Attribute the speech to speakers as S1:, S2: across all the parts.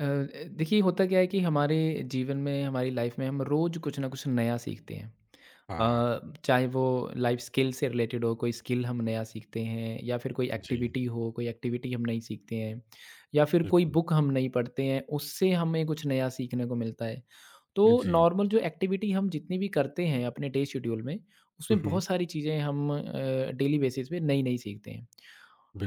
S1: अ, देखिए होता क्या है कि हमारे जीवन में हमारी लाइफ में हम रोज़ कुछ ना कुछ नया सीखते हैं।
S2: हाँ,
S1: चाहे वो लाइफ स्किल से रिलेटेड हो, कोई स्किल हम नया सीखते हैं या फिर कोई
S2: जी,
S1: एक्टिविटी हो, कोई एक्टिविटी हम नई सीखते हैं या फिर कोई
S2: बिल्कुल।
S1: बुक हम नहीं पढ़ते हैं, उससे हमें कुछ नया सीखने को मिलता है। तो
S2: जी,
S1: नॉर्मल जो एक्टिविटी हम जितनी भी करते हैं अपने डे शेड्यूल में, उसमें
S2: हुँ,
S1: बहुत सारी चीज़ें हम डेली बेसिस पे नई-नई सीखते हैं।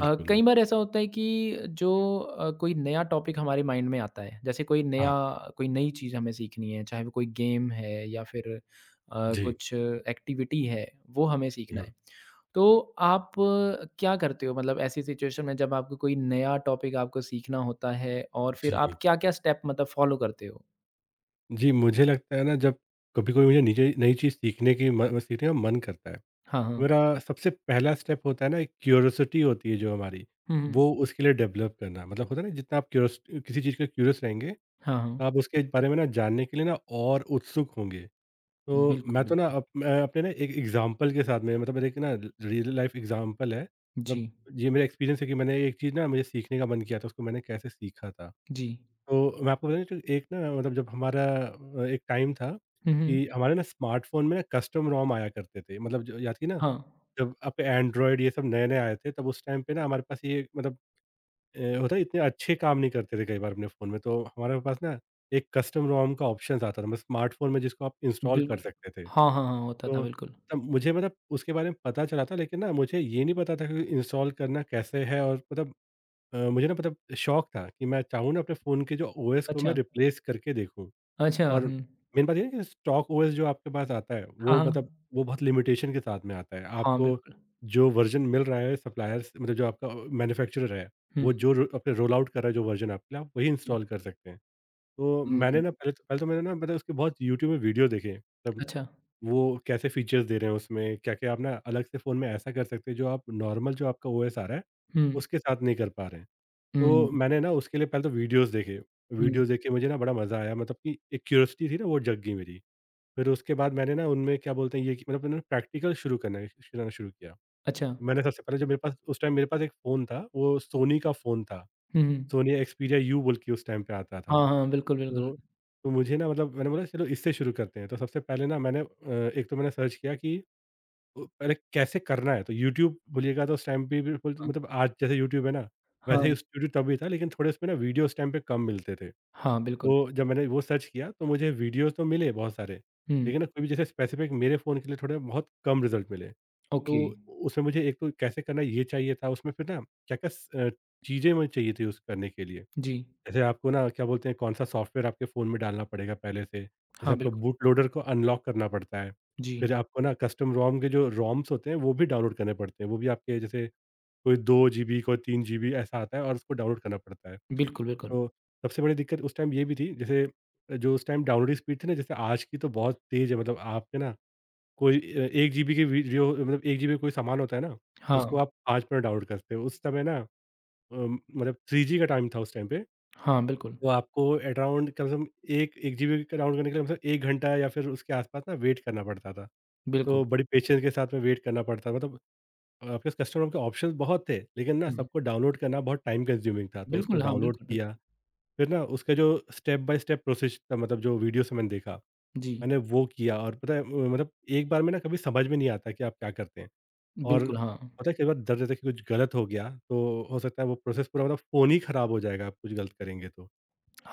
S1: कई बार ऐसा होता है कि जो कोई नया टॉपिक हमारे माइंड में आता है जैसे कोई
S2: हाँ,
S1: नया कोई नई चीज़ हमें सीखनी है चाहे वो कोई गेम है या फिर
S2: जी,
S1: कुछ एक्टिविटी है वो हमें सीखना
S2: हुँ,
S1: है तो आप क्या करते हो मतलब ऐसी सिचुएशन में जब आपको कोई नया टॉपिक आपको सीखना होता है और फिर आप
S2: जी।
S1: क्या-क्या स्टेप मतलब फॉलो करते हो?
S2: जी, मुझे लगता है ना जब कभी कोई मुझे नीचे नई चीज़ सीखने की म सीखने का मन करता है,
S1: हाँ, हाँ।
S2: मेरा सबसे पहला स्टेप होता है ना एक क्यूरियोसिटी होती है जो हमारी,
S1: हुँ, हुँ।
S2: वो उसके लिए डेवलप करना। मतलब होता है ना जितना आप क्यूरियस किसी चीज़ के क्यूरियस रहेंगे, तो
S1: हाँ, हाँ।
S2: आप उसके बारे में ना जानने के लिए ना और उत्सुक होंगे। तो मैं
S1: बिल्कुल,
S2: तो ना
S1: बिल्कुल।
S2: अप मैं अपने ना एक एग्ज़ाम्पल के साथ में मतलब मेरे एक ना रियल लाइफ़ एग्ज़ाम्पल है। मतलब
S1: जी,
S2: ये मेरा एक्सपीरियंस है कि मैंने एक चीज़ ना मुझे सीखने का मन किया था उसको मैंने कैसे सीखा था।
S1: जी।
S2: तो मैं आपको बताऊँ तो एक ना मतलब जब हमारा एक टाइम था
S1: हुँ, हुँ।
S2: कि हमारे ना स्मार्टफ़ोन में ना कस्टम रोम आया करते थे। मतलब जो याद कि ना
S1: हाँ,
S2: जब आपके एंड्रॉइड ये सब नए-नए आए थे तब उस टाइम पे ना हमारे पास ये मतलब होता है इतने अच्छे काम नहीं करते थे कई बार अपने फ़ोन में। तो हमारे पास ना एक कस्टम रोम का ऑप्शंस आता था मतलब स्मार्टफ़ोन में जिसको आप इंस्टॉल कर
S1: बिल्कुल।
S2: सकते थे।
S1: हाँ, हाँ, हाँ, होता था
S2: तो
S1: बिल्कुल।
S2: तब मुझे मतलब उसके बारे में पता चला था, लेकिन ना मुझे ये नहीं पता था कि इंस्टॉल करना कैसे है और मतलब मुझे ना मतलब शौक था कि मैं चाहूँ ना अपने फ़ोन के जो ओएस को मैं
S1: अच्छा।
S2: रिप्लेस करके देखूँ।
S1: अच्छा,
S2: और
S1: हुँ।
S2: मेन बात ये है कि स्टॉक ओएस जो आपके पास आता है
S1: हाँ,
S2: वो
S1: हाँ।
S2: मतलब वो बहुत लिमिटेशन के साथ में आता है।
S1: हाँ,
S2: आपको
S1: बिल्कुल।
S2: जो वर्ज़न मिल रहा है सप्लायर्स मतलब जो आपका मैन्युफैक्चरर है,
S1: हुँ,
S2: वो जो रो अपने रोल आउट कर रहा है जो वर्ज़न आपके लिए, आप वही
S1: हुँ,
S2: इंस्टॉल कर सकते हैं। तो
S1: हुँ,
S2: मैंने
S1: हुँ।
S2: ना पहले तो मैंने ना मतलब उसके बहुत यूट्यूब में वीडियो देखे।
S1: अच्छा।
S2: वो कैसे फीचर्स दे रहे हैं उसमें, क्या-क्या आप ना अलग से फ़ोन में ऐसा कर सकते हैं जो आप नॉर्मल जो आपका ओएस आ रहा है,
S1: हुँ,
S2: उसके साथ नहीं कर पा रहे हैं। तो
S1: हुँ,
S2: मैंने ना उसके लिए पहले तो वीडियोज़ देखे,
S1: हुँ।
S2: वीडियोज़ देख के मुझे ना बड़ा मज़ा आया, मतलब कि एक क्यूरियोसिटी थी ना वो जग गई मेरी। फिर उसके बाद मैंने ना उनमें क्या बोलते हैं ये कि मतलब मैंने प्रैक्टिकल शुरू करना करना शुरू किया।
S1: अच्छा।
S2: मैंने सबसे पहले जो मेरे पास उस टाइम मेरे पास एक फ़ोन था, वो सोनी का फ़ोन था,
S1: हुँ, हुँ।
S2: सोनी एक्सपीरिया यू बोल के उस टाइम पे आता था।
S1: हाँ, हाँ, बिल्कुल, बिल्कुल।
S2: तो तो मुझे ना मतलब मैंने बोला चलो इससे शुरू करते हैं। तो सबसे पहले ना मैंने एक तो मैंने सर्च किया कि तो पहले कैसे करना है? तो यूट्यूब बोलिएगा तो उस टाइम पे बिल्कुल
S1: हाँ,
S2: मतलब आज जैसे यूट्यूब है ना, वैसे ही
S1: हाँ,
S2: उस यूट्यूब तब भी था, लेकिन थोड़े उसमें ना वीडियो उस टाइम पे कम मिलते थे।
S1: हाँ, बिल्कुल।
S2: तो जब मैंने वो सर्च किया तो मुझे वीडियोज़ तो मिले बहुत सारे,
S1: हुँ,
S2: लेकिन ना कोई भी जैसे स्पेसिफ़िक मेरे फ़ोन के लिए थोड़े बहुत कम रिज़ल्ट मिले। तो
S1: ओके।
S2: उसमें मुझे एक तो कैसे करना है ये चाहिए था, उसमें फिर ना क्या-क्या चीज़ें मुझे चाहिए थी उस करने के लिए।
S1: जी।
S2: जैसे आपको ना क्या बोलते हैं कौन-सा सॉफ्टवेयर आपके फ़ोन में डालना पड़ेगा पहले से। जैसे
S1: हाँ,
S2: आपको
S1: बिल्कुल।
S2: बूट लोडर को अनलॉक करना पड़ता है।
S1: जी।
S2: फिर आपको ना कस्टम रोम के जो रोम्स होते हैं वो भी डाउनलोड करने पड़ते हैं। वो भी आपके जैसे कोई 2 जीबी, कोई 3 जीबी ऐसा आता है और उसको डाउनलोड करना पड़ता है।
S1: बिल्कुल, बिल्कुल।
S2: तो सबसे बड़ी दिक्कत उस टाइम ये भी थी, जैसे जो उस टाइम डाउनलोड की स्पीड थी ना, जैसे आज की तो बहुत तेज़ है, मतलब आपके ना कोई 1 जीबी की वीडियो मतलब 1 जीबी का कोई सामान होता है ना, उसको
S1: हाँ,
S2: आप 5 मिनट डाउनलोड करते हो। उस समय ना मतलब 3 जी का टाइम था उस टाइम पे।
S1: हाँ, बिल्कुल,
S2: तो आपको अराउंड कम से कम 1 जीबी के डाउनलोड करने के लिए कम से कम 1 घंटा या फिर उसके आसपास ना वेट करना पड़ता था।
S1: बिल्कुल।
S2: तो बड़ी पेशेंस के साथ में वेट करना पड़ता था, मतलब आपके कस्टमर के ऑप्शंस बहुत थे, लेकिन ना
S1: हुँ,
S2: सबको डाउनलोड करना बहुत टाइम कंज्यूमिंग था। तो उसको
S1: बिल्कुल, हाँ,
S2: डाउनलोड
S1: बिल्कुल,
S2: किया,
S1: बिल्कुल।
S2: फिर ना उसका जो स्टेप बाय स्टेप प्रोसेस था मतलब जो वीडियोज़ मैंने देखा,
S1: जी,
S2: मैंने वो किया, और पता है मतलब एक बार में ना कभी समझ में नहीं आता कि आप क्या करते हैं। और
S1: बिल्कुल, हाँ।
S2: पता है कई बार डर रहता है कि कुछ गलत हो गया, तो हो सकता है वो प्रोसेस पूरा मतलब फ़ोन ही खराब हो जाएगा आप कुछ गलत करेंगे तो।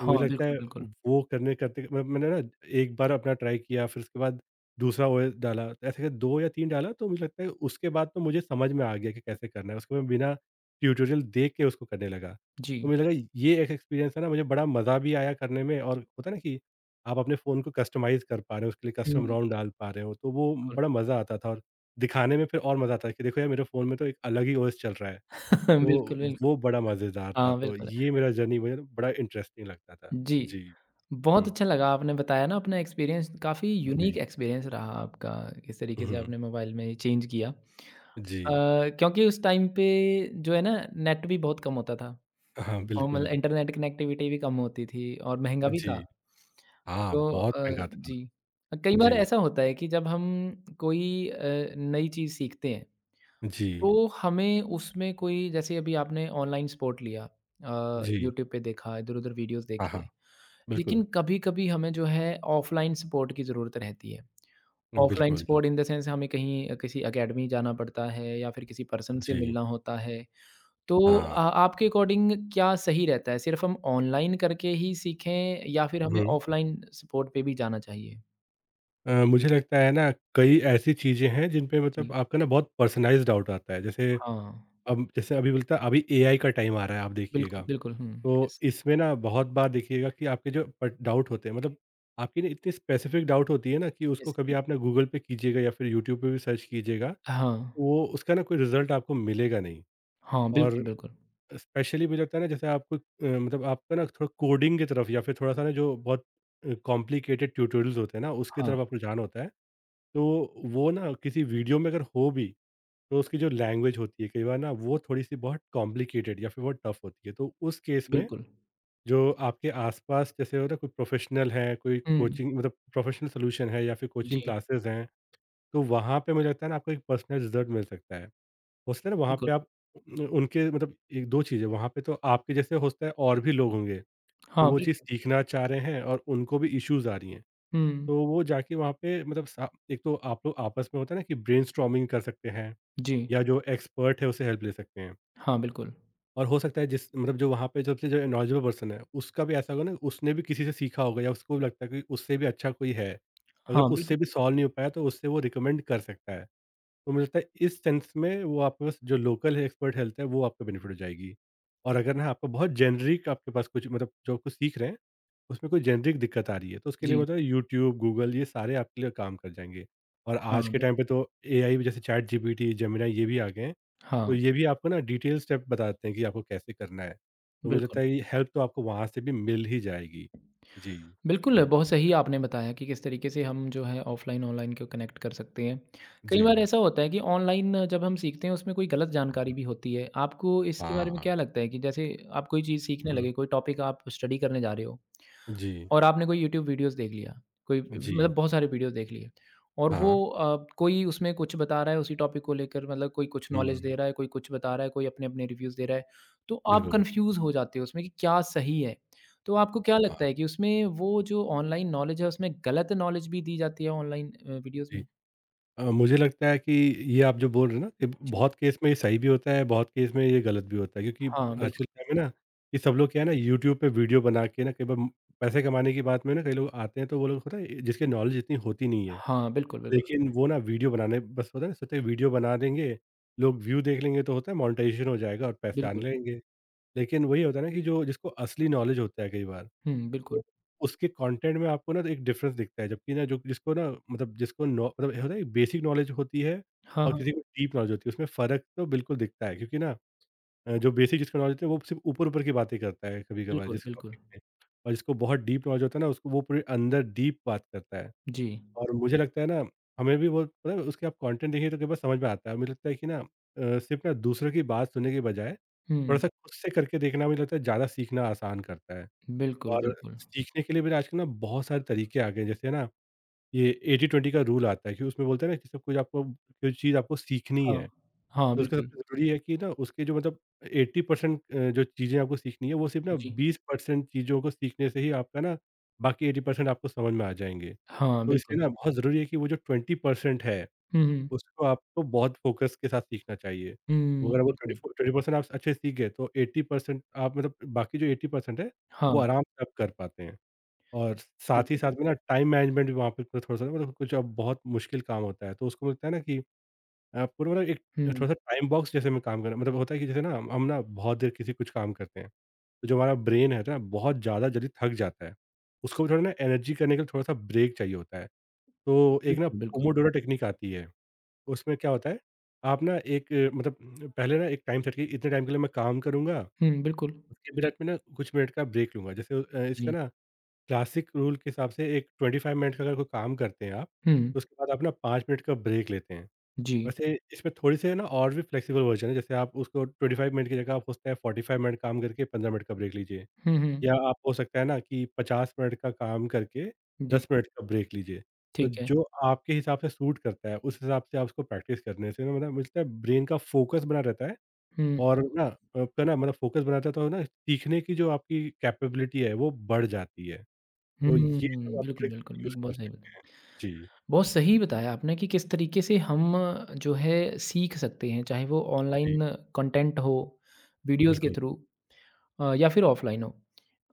S2: तो मुझे लगता
S1: बिल्कुल,
S2: है
S1: बिल्कुल।
S2: वो करने करते मैंने ना एक बार अपना ट्राई किया, फिर उसके बाद दूसरा वो डाला, तो ऐसे करके 2 या 3 डाला तो मुझे लगता है उसके बाद तो मुझे समझ में आ गया कि कैसे करना है। उसको मैं बिना ट्यूटोरियल देख के उसको करने लगा। तो
S1: जी।
S2: मुझे लगा ये एक एक्सपीरियंस है ना, मुझे बड़ा मज़ा भी आया करने में, और होता है ना कि आप अपने फ़ोन को कस्टमाइज़ कर पा रहे हो, उसके लिए कस्टम
S1: हुँ,
S2: रोम डाल पा रहे हो, तो वो
S1: बिल्कुल।
S2: बड़ा मज़ा आता था। और दिखाने में फिर और मज़ा आता है कि देखो यार, मेरे फ़ोन में तो एक अलग ही ओएस चल रहा है। तो
S1: बिल्कुल, बिल्कुल।
S2: वो बड़ा मज़ेदार था,
S1: हाँ,
S2: तो
S1: बिल्कुल।
S2: ये मेरा जर्नी मुझे ना बड़ा इंटरेस्टिंग लगता था।
S1: जी।
S2: जी।
S1: बहुत
S2: हुँ,
S1: अच्छा लगा आपने बताया ना अपना एक्सपीरियंस काफ़ी
S2: जी।
S1: यूनिक एक्सपीरियंस रहा आपका, किस तरीके से
S2: हुँ,
S1: आपने मोबाइल में चेंज किया।
S2: जी।
S1: क्योंकि उस टाइम पे जो है ना नेट भी बहुत कम होता था
S2: हाँ,
S1: और मतलब
S2: बिल्कुल।
S1: इंटरनेट कनेक्टिविटी भी कम होती थी और महँगा भी था।
S2: जी। हाँ,
S1: तो
S2: बहुत महँगा था।
S1: जी। कई बार
S2: जी,
S1: ऐसा होता है कि जब हम कोई नई चीज़ सीखते हैं,
S2: जी,
S1: तो हमें उसमें कोई जैसे अभी आपने ऑनलाइन सपोर्ट लिया
S2: जी।
S1: यूट्यूब पे देखा, इधर-उधर वीडियोज़
S2: हाँ, हाँ,
S1: देखे
S2: बिल्कुल,
S1: लेकिन कभी-कभी हमें जो है ऑफ़लाइन सपोर्ट की ज़रूरत रहती है। ऑफ़लाइन
S2: बिल्कुल।
S1: सपोर्ट इन द सेंस हमें कहीं किसी अकेडमी जाना पड़ता है या फिर किसी पर्सन से
S2: जी,
S1: मिलना होता है। तो
S2: हाँ।
S1: आपके अकॉर्डिंग क्या सही रहता है? सिर्फ़ हम ऑनलाइन करके ही सीखें या फिर हमें
S2: हुँ।
S1: ऑफ़लाइन सपोर्ट पे भी जाना चाहिए?
S2: मुझे लगता है ना कई ऐसी चीज़ें हैं जिन पे मतलब
S1: जी,
S2: आपका ना बहुत पर्सनलाइज़्ड डाउट आता है। जैसे
S1: हाँ।
S2: अब, जैसे अभी बोलता है अभी एआई का टाइम आ रहा है, आप देखिएगा।
S1: बिल्कुल, बिल्कुल। हुँ,
S2: तो
S1: यस,
S2: इसमें ना बहुत बार देखिएगा कि आपके जो पट डाउट होते हैं मतलब आपकी ना इतनी स्पेसिफिक डाउट होती है ना कि उसको
S1: यस,
S2: कभी
S1: यस।
S2: आप ना गूगल पे कीजिएगा या फिर यूट्यूब पे भी सर्च कीजिएगा,
S1: हाँ।
S2: वो उसका ना कोई रिजल्ट आपको मिलेगा नहीं।
S1: हाँ,
S2: और
S1: बिल्कुल, बिल्कुल।
S2: स्पेशली मुझे लगता है ना, जैसे आपको मतलब आपका ना थोड़ा कोडिंग की तरफ या फिर थोड़ा सा ना जो बहुत कॉम्प्लिकेटेड ट्यूटोरियल्स होते हैं ना उसकी
S1: हाँ,
S2: तरफ आपको जान होता है, तो वो ना किसी वीडियो में अगर हो भी, तो उसकी जो लैंग्वेज होती है कई बार ना वो थोड़ी सी बहुत कॉम्प्लिकेटेड या फिर बहुत टफ होती है, तो उस केस में
S1: बिल्कुल।
S2: जो आपके आसपास जैसे हो ना कोई प्रोफेशनल है, कोई
S1: हुँ,
S2: कोचिंग मतलब प्रोफेशनल सॉल्यूशन है या फिर कोचिंग
S1: जी,
S2: क्लासेस हैं, तो वहाँ पे मुझे लगता है ना आपको एक पर्सनल रिज़ल्ट मिल सकता है। हो सकता है ना वहाँ पे
S1: बिल्कुल।
S2: आप उन उनके मतलब एक 2 चीज़ें वहाँ पे, तो आपके जैसे हो सकता है और भी लोग होंगे, तो
S1: हाँ,
S2: वो चीज़
S1: बिल्कुल।
S2: सीखना चाह रहे हैं और उनको भी इश्यूज़ आ रही हैं।
S1: हुँ,
S2: तो वो जाके वहाँ पे मतलब सा एक तो आप लोग आपस में होता है ना कि ब्रेनस्टॉर्मिंग कर सकते हैं
S1: जी।
S2: या जो एक्सपर्ट है उससे हेल्प ले सकते हैं।
S1: हाँ, बिल्कुल।
S2: और हो सकता है जिस मतलब जो वहाँ पे जो सबसे जो नॉलेजेबल पर्सन है, उसका भी ऐसा होगा ना, उसने भी किसी से सीखा होगा या उसको भी लगता है कि उससे भी अच्छा कोई है। अगर
S1: हाँ,
S2: उससे
S1: बिल्कुल,
S2: भी
S1: बिल्कुल।
S2: सॉल्व नहीं हो पाया तो उससे वो रिकमेंड कर सकता है। तो मुझे लगता है इस सेंस में वो आपके पास जो लोकल एक्सपर्ट हेल्थ है वो आपको बेनिफिट हो जाएगी। और अगर ना आपको बहुत जेनेरिक आपके पास कुछ मतलब जो आप कुछ सीख रहे हैं, उसमें कोई जेनेरिक दिक्कत आ रही है, तो उसके लिए
S1: जी।
S2: मतलब यूट्यूब, गूगल, ये सारे आपके लिए काम कर जाएँगे। और
S1: हाँ,
S2: आज के टाइम पे तो एआई भी, जैसे चैट जीपीटी, जेमिनी, ये भी आ गए हैं,
S1: हाँ,
S2: तो ये भी आपको ना डिटेल स्टेप बताते हैं कि आपको कैसे करना है। तो मुझे लगता
S1: बिल्कुल।
S2: है ये हेल्प तो आपको वहाँ से भी मिल ही जाएगी। जी।
S1: बिल्कुल,
S2: हुँ,
S1: बहुत सही आपने बताया कि किस तरीके से हम जो है ऑफ़लाइन ऑनलाइन को कनेक्ट कर सकते हैं। कई
S2: जी।
S1: बार ऐसा होता है कि ऑनलाइन जब हम सीखते हैं उसमें कोई गलत जानकारी
S2: हुँ,
S1: भी होती है। आपको इसके बारे में
S2: हाँ।
S1: क्या लगता है कि जैसे आप कोई चीज़ सीखने
S2: हुँ,
S1: लगे, कोई टॉपिक आप स्टडी करने जा रहे हो
S2: जी,
S1: और आपने कोई यूट्यूब वीडियोज़ देख लिया, कोई
S2: जी।
S1: मतलब बहुत सारे वीडियोज़ देख लिए और जी।
S2: हाँ।
S1: वो कोई उसमें कुछ बता रहा है उसी टॉपिक को लेकर मतलब कोई कुछ नॉलेज
S2: हुँ,
S1: दे रहा है, कोई कुछ बता रहा है, कोई अपने-अपने रिव्यूज़ दे रहा है, तो आप
S2: बिल्कुल।
S1: कन्फ्यूज़ हो जाते हो उसमें कि क्या सही है? तो आपको क्या लगता
S2: हाँ,
S1: है कि उसमें वो जो ऑनलाइन नॉलेज है उसमें गलत नॉलेज भी दी जाती है ऑनलाइन वीडियोज़
S2: जी।
S1: में?
S2: मुझे लगता है कि ये आप जो बोल रहे हैं ना, कि
S1: जी।
S2: बहुत केस में ये सही भी होता है, बहुत केस में ये गलत भी होता है, क्योंकि
S1: हाँ,
S2: आजकल
S1: बिल्कुल।
S2: टाइम में ना कि सब लोग क्या है ना यूट्यूब पे वीडियो बना के ना कई बार पैसे कमाने की बात में ना कई लोग आते हैं, तो वो लोग पता है जिसकी नॉलेज इतनी होती नहीं है।
S1: हाँ, बिल्कुल, बिल्कुल,
S2: लेकिन वो ना वीडियो बनाने बस, पता है सोचे वीडियो बना देंगे, लोग व्यू देख लेंगे, तो होता है मोनेटाइज़ेशन हो जाएगा और पैसे आने
S1: बिल्कुल।
S2: लगेंगे। लेकिन वही होता है ना कि जो जिसको असली नॉलेज होता है कई बार,
S1: हुँ, बिल्कुल।
S2: तो उसके कंटेंट में आपको ना तो एक डिफरेंस दिखता है, जबकि ना जो जिसको ना मतलब जिसको नॉ मतलब होता है एक बेसिक नॉलेज होती है
S1: हाँ,
S2: और
S1: हाँ,
S2: किसी को डीप नॉलेज होती है, उसमें फ़र्क तो बिल्कुल दिखता है, क्योंकि ना जो बेसिक जिसको नॉलेज होती है वो सिर्फ़ ऊपर-ऊपर की बातें करता है कभी-कभार
S1: बिल्कुल,
S2: जिस
S1: बिल्कुल।
S2: टॉपिक में। और जिसको बहुत डीप नॉलेज होता है ना उसको वो पूरे अंदर डीप बात करता है।
S1: जी।
S2: और मुझे लगता है ना, हमें भी वो पता है उसके आप कंटेंट देखिए तो कई बार समझ में आता है। मुझे लगता है कि ना सिर्फ़ ना दूसरों की बात सुनने के बजाय
S1: हुँ,
S2: थोड़ा-सा खुद से करके देखना मुझे लगता है ज़्यादा सीखना आसान करता है।
S1: बिल्कुल,
S2: और
S1: बिल्कुल।
S2: सीखने के लिए भी आजकल ना बहुत सारे तरीके आ गए हैं। जैसे ना ये 80-20 का रूल आता है कि उसमें बोलते हैं ना कि सब कुछ आपको, कोई चीज़ आपको सीखनी
S1: हाँ।
S2: है,
S1: हाँ,
S2: तो उसका
S1: बिल्कुल।
S2: सबसे ज़रूरी है कि ना उसके जो मतलब 80% जो चीज़ें आपको सीखनी है, वो सिर्फ़ ना
S1: जी।
S2: 20% चीज़ों को सीखने से ही आपका ना बाकी 80% आपको समझ में आ जाएँगे।
S1: हाँ,
S2: तो
S1: बिल्कुल।
S2: इसलिए ना बहुत ज़रूरी है कि वो जो 20% है,
S1: हुँ, हुँ।
S2: उसको आपको बहुत फ़ोकस के साथ सीखना चाहिए। तो
S1: हुँ,
S2: अगर वो
S1: बिल्कुल।
S2: 24 20% आप अच्छे से सीख गए, तो 80% आप मतलब बाकी जो 80% है,
S1: हाँ,
S2: वो आराम से आप कर पाते हैं। और साथ ही
S1: बिल्कुल।
S2: साथ में ना टाइम मैनेजमेंट भी वहाँ पे थोड़ा-सा ना, मतलब कुछ अब बहुत मुश्किल काम होता है। तो उसको लगता है ना कि आपको ना मतलब एक
S1: हुँ,
S2: थोड़ा-सा टाइम बॉक्स जैसे में काम करना, मतलब होता है कि जैसे ना हम ना बहुत देर किसी कुछ काम करते हैं, तो जो हमारा ब्रेन है ना बहुत ज़्यादा जल्दी थक जाता है। उसको भी थोड़ा ना एनर्जी करने के लिए थोड़ा-सा ब्रेक चाहिए होता है। तो एक ना, जी।
S1: बिल्कुल, बिल्कुल।
S2: पोमोडोरो टेक्निक आती है, उसमें क्या होता है, आप ना एक मतलब पहले ना एक टाइम सेट किए इतने टाइम के लिए मैं काम करूँगा,
S1: हुँ, बिल्कुल।
S2: उसके बाद में ना कुछ मिनट का ब्रेक लूँगा। जैसे इसका
S1: जी।
S2: ना क्लासिक रूल के हिसाब से एक 25 मिनट का अगर कोई काम करते हैं आप,
S1: हुँ,
S2: तो उसके बाद आप ना 5 मिनट का ब्रेक लेते हैं।
S1: जी।
S2: वैसे इसमें थोड़ी से ना और भी फ्लेक्सिबल वर्जन है, जैसे आप उसको 25 मिनट की जगह आप हो सकता है 45 मिनट काम करके 15 मिनट का ब्रेक लीजिए,
S1: हुँ, हुँ।
S2: या आप हो सकता है ना कि 50 मिनट का काम करके
S1: जी,
S2: 10 मिनट का ब्रेक लीजिए। तो
S1: ठीक है।
S2: जो आपके हिसाब से सूट करता है, उस हिसाब से आप उसको प्रैक्टिस करने से ना, मतलब मिलता है, ब्रेन का फोकस बना रहता है
S1: हुँ,
S2: और
S1: बिल्कुल।
S2: ना आपका ना, मतलब फोकस बना रहता है, तो ना सीखने की जो आपकी कैपेबिलिटी है वो बढ़ जाती है।
S1: हुँ,
S2: तो ये सब आप
S1: बिल्कुल,
S2: ट्रिक्स
S1: बिल्कुल,
S2: यूज़
S1: बिल्कुल,
S2: कर
S1: बहुत सही
S2: सकते
S1: बताया।
S2: हैं। जी,
S1: बहुत सही बताया आपने कि किस तरीके से हम जो है सीख सकते हैं, चाहे वो
S2: जी,
S1: ऑनलाइन कंटेंट हो, वीडियोज़ के
S2: बिल्कुल।
S1: थ्रू या फिर ऑफलाइन हो।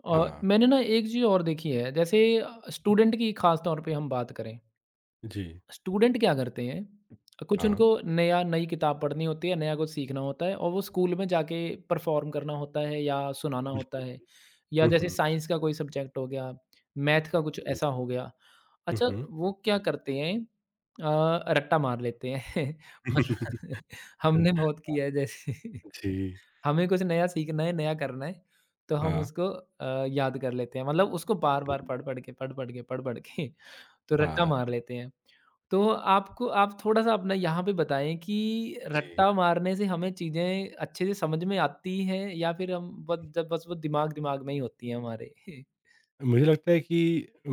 S2: हाँ।
S1: मैंने ना एक चीज़ और देखी है, जैसे स्टूडेंट की ख़ास तौर पे हम बात करें
S2: जी,
S1: स्टूडेंट क्या करते हैं कुछ
S2: हाँ,
S1: उनको नया नई किताब पढ़नी होती है नया कुछ सीखना होता है और वो स्कूल में जाके परफॉर्म करना होता है या सुनाना होता
S2: बिल्कुल।
S1: है या
S2: हुँ,
S1: जैसे
S2: हुँ।
S1: साइंस का कोई सब्जेक्ट हो गया मैथ का कुछ
S2: जी।
S1: ऐसा हो गया
S2: हुँ,
S1: अच्छा
S2: हुँ।
S1: वो क्या करते हैं रट्टा मार लेते हैं मतलब हमने बहुत किया है जैसे
S2: जी,
S1: हमें कुछ नया सीखना है नया करना है तो हम
S2: हाँ।
S1: उसको याद कर लेते हैं मतलब उसको बार बार
S2: बिल्कुल।
S1: पढ़ पढ़ के पढ़ पढ़ के पढ़ पढ़ के तो रट्टा
S2: हाँ,
S1: मार लेते हैं तो आपको आप थोड़ा-सा अपना यहाँ पे बताएँ कि
S2: जी।
S1: रट्टा मारने से हमें चीज़ें अच्छे से समझ में आती हैं या फिर हम बस जब बस वो दिमाग-दिमाग में ही होती हैं हमारे?
S2: मुझे लगता है कि,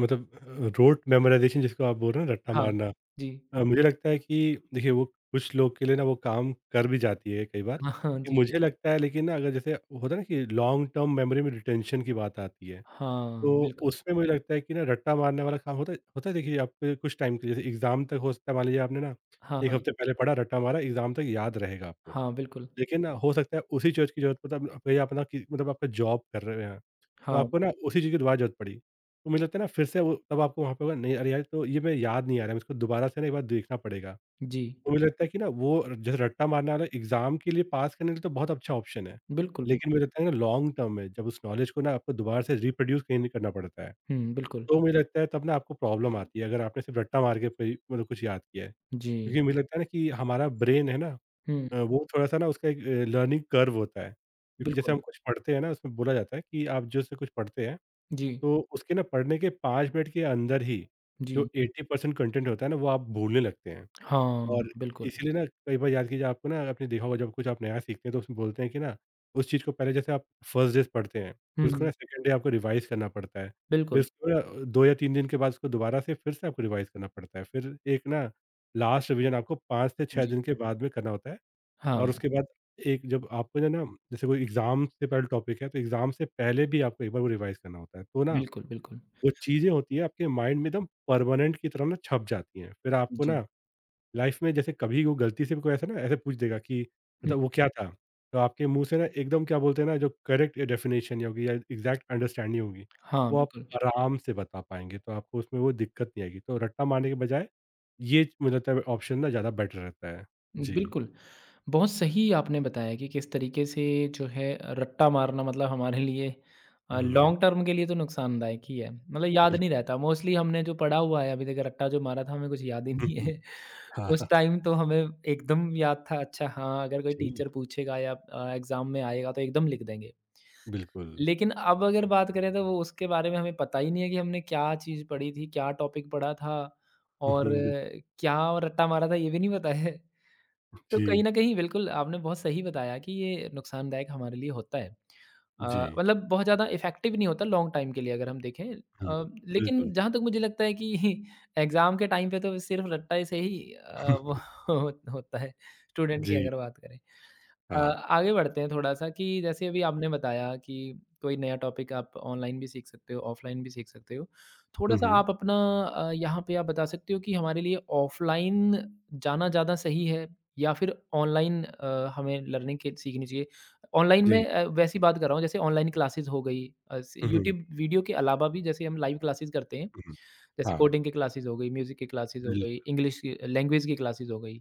S2: मतलब रोट मेमोराइज़ेशन जिसको आप बोल रहे हो ना, रट्टा
S1: हाँ।
S2: मारना,
S1: जी।
S2: मुझे लगता है कि देखिए वो कुछ लोग के लिए ना वो काम कर भी जाती है कई बार।
S1: हाँ, हाँ,
S2: ये
S1: जी।
S2: मुझे लगता है, लेकिन ना अगर जैसे होता है ना कि लॉन्ग टर्म मेमोरी में रिटेंशन की बात आती है,
S1: हाँ,
S2: तो
S1: बिल्कुल।
S2: उसमें मुझे लगता है कि ना रट्टा मारने वाला काम होता है देखिए आपके कुछ टाइम के लिए, जैसे एग्ज़ाम तक हो सकता है। मान लीजिए आपने ना
S1: हाँ,
S2: 1
S1: हाँ।
S2: हफ़्ते पहले पढ़ा, रट्टा मारा, एग्ज़ाम तक याद रहेगा आपको।
S1: हाँ, बिल्कुल।
S2: लेकिन ना हो सकता है उसी चीज़ की ज़रूरत, मतलब भई आप ना कि, मतलब आपका जॉब कर रहे हैं, तो
S1: हाँ,
S2: आपको ना उसी चीज़ की दोबारा ज़रूरत पड़ी। तो मुझे लगता है ना फिर से वो तब आपको वहाँ पे होगा नहीं, अरे यार तो ये मेरे याद नहीं आ रहा है, मुझको दोबारा से ना एक बार देखना पड़ेगा।
S1: जी।
S2: तो मुझे लगता है कि ना वो जैसे रट्टा मारने वाला एग्ज़ाम के लिए, पास करने के लिए तो बहुत अच्छा ऑप्शन है।
S1: बिल्कुल,
S2: लेकिन
S1: बिल्कुल।
S2: मुझे लगता है ना, लॉन्ग टर्म में जब उस नॉलेज को ना आपको दोबारा से रिप्रोड्यूस कहीं करना पड़ता है,
S1: हुँ, बिल्कुल।
S2: तो मुझे लगता है तब ना आपको प्रॉब्लम आती है, अगर आपने सिर्फ़ रट्टा मार के कोई, मतलब कुछ याद किया है।
S1: जी।
S2: क्योंकि मुझे लगता है ना कि हमारा ब्रेन है ना,
S1: हुँ,
S2: वो थोड़ा-सा ना उसका एक लर्निंग कर्व होता है, क्योंकि जैसे
S1: बिल्कुल।
S2: हम कुछ पढ़ते हैं ना, उसमें बोला जाता है कि आप जैसे कुछ पढ़ते हैं,
S1: जी,
S2: तो उसके ना पढ़ने के 5 मिनट के अंदर ही
S1: जी।
S2: जो 80% कंटेंट होता है ना, वो आप भूलने लगते हैं।
S1: हाँ,
S2: और
S1: बिल्कुल।
S2: इसीलिए ना कई बार याद कीजिए आपको, ना आपने देखा होगा, जब कुछ आप नया सीखते हैं तो उसमें बोलते हैं कि ना उस चीज़ को पहले जैसे आप फर्स्ट डे पढ़ते हैं, फिर उसको ना
S1: हुँ,
S2: सेकंड डे आपको रिवाइज़ करना पड़ता है। फिर
S1: बिल्कुल।
S2: उसको ना 2 या 3 दिन के बाद उसको दोबारा से, फिर से आपको रिवाइज़ करना पड़ता है। फिर एक ना लास्ट रिवीजन आपको 5 से 6
S1: जी।
S2: दिन के बाद में करना होता है। और
S1: हाँ,
S2: उसके बाद एक जब आपको जो है ना, जैसे कोई एग्ज़ाम से पहले टॉपिक है, तो एग्ज़ाम से पहले भी आपको एक बार वो रिवाइज़ करना होता है। तो ना,
S1: बिल्कुल, बिल्कुल।
S2: वो चीज़ें होती हैं आपके माइंड में एकदम परमानेंट की तरह ना छप जाती हैं। फिर आपको
S1: जी।
S2: ना लाइफ़ में जैसे कभी वो गलती से भी कोई ऐसा ना ऐसे पूछ देगा कि
S1: हुँ,
S2: मतलब वो क्या था? तो आपके मुँह से ना एकदम, क्या बोलते हैं ना, जो करेक्ट डेफ़िनेशन होगी या एग्ज़ैक्ट अंडरस्टैंडिंग होगी,
S1: हाँ,
S2: वो आप
S1: बिल्कुल।
S2: आराम से बता पाएँगे। तो आपको उसमें वो दिक्कत नहीं आएगी। तो रट्टा मारने के बजाय ये मुझे लगता है ऑप्शन ना ज़्यादा बेटर रहता है। जी।
S1: बिल्कुल। बहुत सही आपने बताया कि किस तरीके से जो है रट्टा मारना मतलब हमारे लिए
S2: हुँ, हुँ।
S1: लॉन्ग टर्म के लिए तो नुकसानदायक ही है। मतलब याद नहीं रहता, मोस्टली हमने जो पढ़ा हुआ है अभी तक रट्टा जो मारा था हमें कुछ याद ही नहीं
S2: बिल्कुल।
S1: है।
S2: हाँ,
S1: उस
S2: हाँ।
S1: टाइम तो हमें एकदम याद था अच्छा हाँ, अगर कोई
S2: जी,
S1: टीचर पूछेगा या एग्ज़ाम में आएगा तो एकदम लिख देंगे।
S2: बिल्कुल।
S1: लेकिन अब अगर बात करें तो वो उसके बारे में हमें पता ही नहीं है कि हमने क्या चीज़ पढ़ी थी, क्या टॉपिक पढ़ा था
S2: हुँ, हुँ,
S1: और
S2: बिल्कुल,
S1: क्या रट्टा मारा था ये भी नहीं पता है। तो कहीं
S2: जी,
S1: न कहीं बिल्कुल आपने बहुत सही बताया कि ये नुकसानदायक हमारे लिए होता है। अ,
S2: जी।
S1: मतलब बहुत ज़्यादा इफ़ेक्टिव नहीं होता लॉन्ग टाइम के लिए अगर हम देखें
S2: हुँ, बिल्कुल।
S1: लेकिन जहाँ तक मुझे लगता है कि एग्ज़ाम के टाइम पे तो सिर्फ़ रट्टा से ही वो होता है स्टूडेंट की
S2: जी,
S1: अगर बात करें।
S2: हाँ।
S1: आगे बढ़ते हैं थोड़ा-सा कि जैसे अभी आपने बताया कि कोई नया टॉपिक आप ऑनलाइन भी सीख सकते हो, ऑफ़लाइन भी सीख सकते हो।
S2: हुँ,
S1: थोड़ा-सा
S2: हुँ,
S1: आप अपना यहाँ पे आप बता सकते हो कि हमारे लिए ऑफ़लाइन जाना ज़्यादा सही है या फिर ऑनलाइन हमें लर्निंग के सीखनी चाहिए? ऑनलाइन
S2: जी।
S1: में वैसी बात कर रहा हूँ जैसे ऑनलाइन क्लासेस हो गई अ, स
S2: हुँ, हुँ,
S1: यूट्यूब वीडियो के अलावा भी जैसे हम लाइव क्लासेस करते हैं,
S2: हुँ, हुँ।
S1: जैसे
S2: हाँ,
S1: कोडिंग की क्लासेस हो गई, म्यूज़िक की क्लासेस हो गई,
S2: बिल्कुल,
S1: इंग्लिश की लैंग्वेज की क्लासेस हो गई।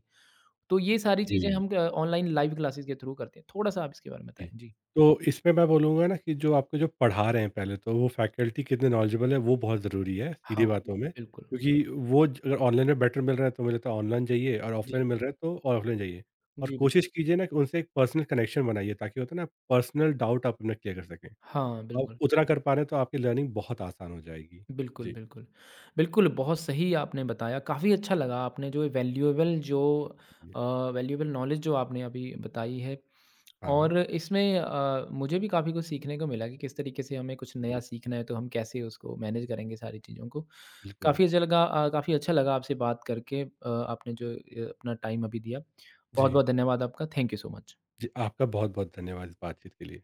S1: तो ये सारी चीज़ें
S2: जी,
S1: हम क ऑनलाइन लाइव क्लासेस के थ्रू करते हैं। थोड़ा-सा आप इसके बारे में
S2: जी।
S1: बताएँ? जी।
S2: तो इसमें मैं बोलूँगा ना कि जो आपको जो पढ़ा रहे हैं, पहले तो वो फैकल्टी कितने नॉलेजेबल है वो बहुत ज़रूरी है, सीधी
S1: हाँ,
S2: बातों
S1: बिल्कुल,
S2: में।
S1: बिल्कुल।
S2: क्योंकि वो ज अगर ऑनलाइन में बेटर मिल रहा है तो मुझे लगता है ऑनलाइन जाइए, और
S1: जी,
S2: ऑफलाइन मिल रहा है तो ऑफलाइन जाइए। और
S1: जी, बिल्कुल।
S2: कोशिश कीजिए ना कि उनसे एक पर्सनल कनेक्शन बनाइए, ताकि होता है ना पर्सनल डाउट आप अपना क्लियर कर सकें।
S1: हाँ,
S2: आप
S1: बिल्कुल।
S2: उतना कर पा रहे हैं तो आपकी लर्निंग बहुत आसान हो जाएगी।
S1: बिल्कुल,
S2: जी,
S1: बिल्कुल। बिल्कुल, बहुत सही आपने बताया, काफ़ी अच्छा लगा आपने जो
S2: जी,
S1: अ, वैल्यूएबल नॉलेज जो आपने अभी बताई है
S2: हाँ,
S1: और इसमें मुझे भी काफ़ी कुछ सीखने को मिला कि किस तरीके से हमें कुछ नया
S2: जी।
S1: सीखना है, तो हम कैसे उसको मैनेज करेंगे सारी चीज़ों को।
S2: बिल्कुल।
S1: काफ़ी अच्छा लगा आपसे बात करके आपने जो अपना टाइम अभी दिया।
S2: जी,
S1: बहुत-बहुत धन्यवाद आपका। Thank you so much.
S2: जी, आपका बहुत-बहुत धन्यवाद इस बातचीत के लिए।